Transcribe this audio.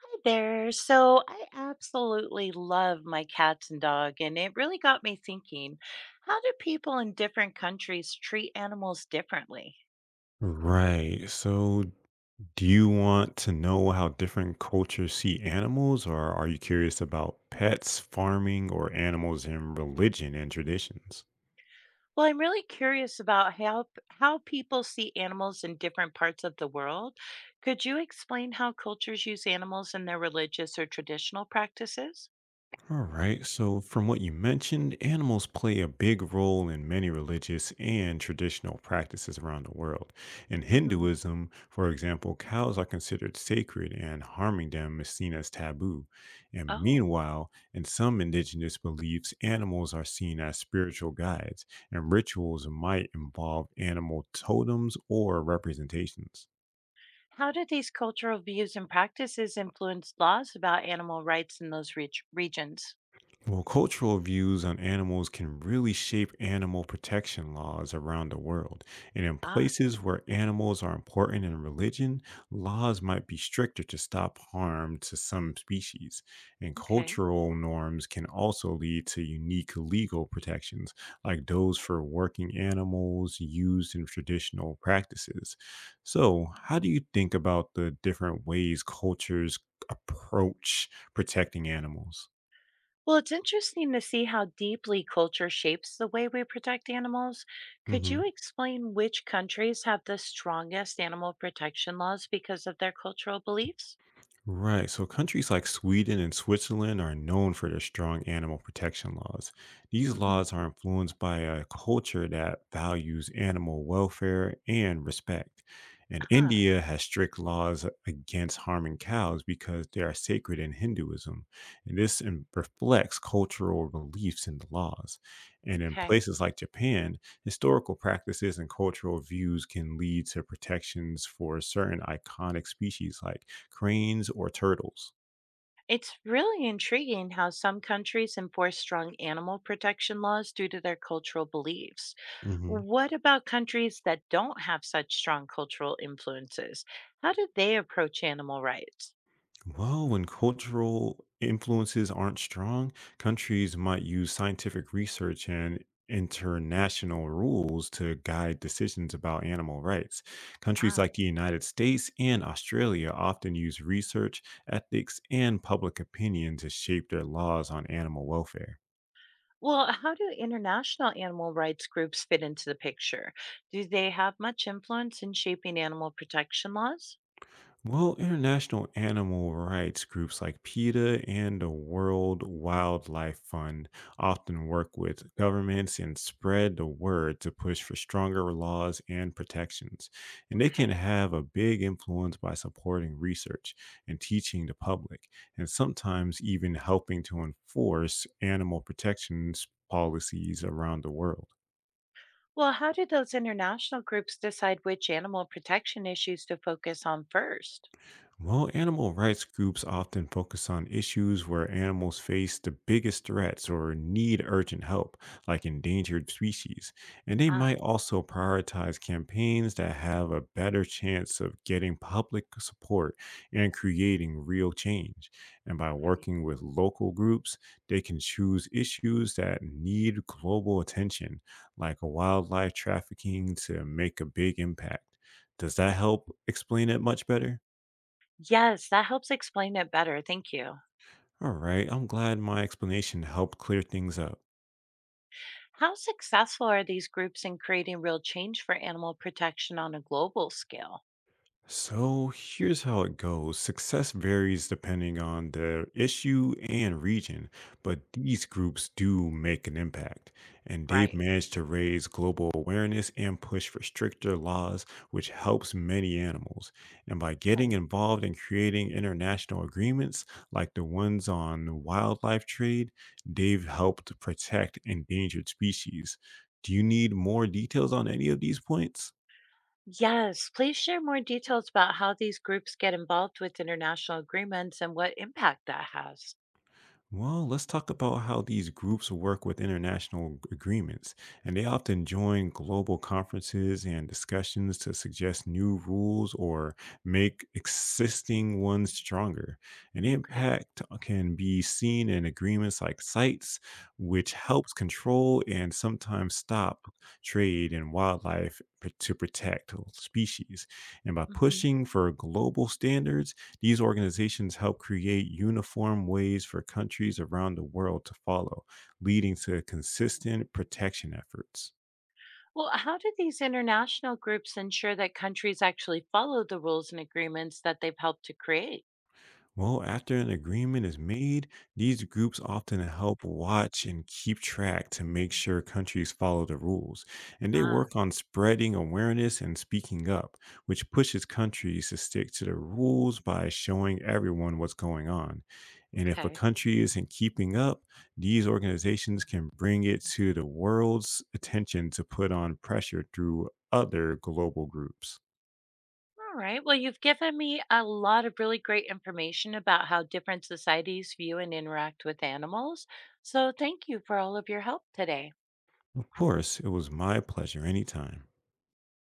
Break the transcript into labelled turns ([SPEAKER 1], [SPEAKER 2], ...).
[SPEAKER 1] Hi there. So I absolutely love my cats and dog, and it really got me thinking, how do people in different countries treat animals differently?
[SPEAKER 2] Right. So, do you want to know how different cultures see animals, or are you curious about pets, farming, or animals in religion and traditions?
[SPEAKER 1] Well, I'm really curious about how people see animals in different parts of the world. Could you explain how cultures use animals in their religious or traditional practices?
[SPEAKER 2] All right. So, from what you mentioned, animals play a big role in many religious and traditional practices around the world. In
[SPEAKER 1] Hmm.
[SPEAKER 2] Hinduism, for example, cows are considered sacred and harming them is seen as taboo. And
[SPEAKER 1] Oh,
[SPEAKER 2] meanwhile, in some indigenous beliefs, animals are seen as spiritual guides, and rituals might involve animal totems or representations.
[SPEAKER 1] how do these cultural views and practices influence laws about animal rights in those regions?
[SPEAKER 2] Well, cultural views on animals can really shape animal protection laws around the world. And in
[SPEAKER 1] Ah,
[SPEAKER 2] places where animals are important in religion, laws might be stricter to stop harm to some species. And
[SPEAKER 1] okay.
[SPEAKER 2] cultural norms can also lead to unique legal protections, like those for working animals used in traditional practices. So, how do you think about the different ways cultures approach protecting animals?
[SPEAKER 1] Well, it's interesting to see how deeply culture shapes the way we protect animals. Could you explain which countries have the strongest animal protection laws because of their cultural beliefs?
[SPEAKER 2] Right. So countries like Sweden and Switzerland are known for their strong animal protection laws. These
[SPEAKER 1] Hmm.
[SPEAKER 2] laws are influenced by a culture that values animal welfare and respect. And
[SPEAKER 1] Ah,
[SPEAKER 2] India has strict laws against harming cows because they are sacred in Hinduism. And reflects cultural beliefs in the laws. And in
[SPEAKER 1] okay.
[SPEAKER 2] places like Japan, historical practices and cultural views can lead to protections for certain iconic species like cranes, or turtles.
[SPEAKER 1] It's really intriguing how some countries enforce strong animal protection laws due to their cultural beliefs.
[SPEAKER 2] Hmm.
[SPEAKER 1] What about countries that don't have such strong cultural influences? How do they approach animal rights?
[SPEAKER 2] Well, when cultural influences aren't strong, countries might use scientific research and international rules to guide decisions about animal rights. Countries
[SPEAKER 1] Ah.
[SPEAKER 2] like the United States and Australia often use research, ethics, and public opinion to shape their laws on animal welfare.
[SPEAKER 1] Well, how do international animal rights groups fit into the picture? Do they have much influence in shaping animal protection laws?
[SPEAKER 2] Well, international animal rights groups like PETA and the World Wildlife Fund often work with governments and spread the word to push for stronger laws and protections. And they can
[SPEAKER 1] Okay.
[SPEAKER 2] have a big influence by supporting research and teaching the public, and sometimes even helping to enforce animal protections policies around the world.
[SPEAKER 1] Well, how do those international groups decide which animal protection issues to focus on first?
[SPEAKER 2] Well, animal rights groups often focus on issues where animals face the biggest threats or need urgent help, like endangered species, and they
[SPEAKER 1] Ah,
[SPEAKER 2] might also prioritize campaigns that have a better chance of getting public support and creating real change. And by
[SPEAKER 1] okay.
[SPEAKER 2] working with local groups, they can choose issues that need global attention, like wildlife trafficking, to make a big impact. Does that help explain it much better?
[SPEAKER 1] Yes, that helps explain it better. Thank you.
[SPEAKER 2] All right. I'm glad my explanation helped clear things up.
[SPEAKER 1] How successful are these groups in creating real change for animal protection on a global scale?
[SPEAKER 2] So here's how it goes. Success varies depending on the issue and region, but these groups do make an impact. And they've
[SPEAKER 1] Right.
[SPEAKER 2] managed to raise global awareness and push for stricter laws, which helps many animals. And by getting
[SPEAKER 1] Okay.
[SPEAKER 2] involved in creating international agreements like the ones on wildlife trade, they've helped protect endangered species. Do you need more details on any of these points?
[SPEAKER 1] Yes, please share more details about how these groups get involved with international agreements and what impact that has.
[SPEAKER 2] Well, let's talk about how these groups work with agreements. And they often join global conferences and discussions to suggest new rules or make existing ones stronger. And
[SPEAKER 1] Okay.
[SPEAKER 2] impact can be seen in agreements like CITES, which helps control and sometimes stop trade in wildlife p- to protect species. And by
[SPEAKER 1] Hmm.
[SPEAKER 2] pushing for global standards, these organizations help create uniform ways for countries around the world to follow, leading to consistent protection efforts.
[SPEAKER 1] Well, how do these international groups ensure that countries actually follow the rules and agreements that they've helped to create?
[SPEAKER 2] Well, after an agreement is made, these groups often help watch and keep track to make sure countries follow the rules. And they
[SPEAKER 1] Ah,
[SPEAKER 2] work on spreading awareness and speaking up, which pushes countries to stick to the rules by showing everyone what's going on. And if a
[SPEAKER 1] okay.
[SPEAKER 2] country isn't keeping up, these organizations can bring it to the world's attention to put on pressure through other global groups.
[SPEAKER 1] All right. Well, you've given me a lot of really great information about how different societies view and interact with animals. So thank you for all of your help today.
[SPEAKER 2] Of course, it was my pleasure anytime.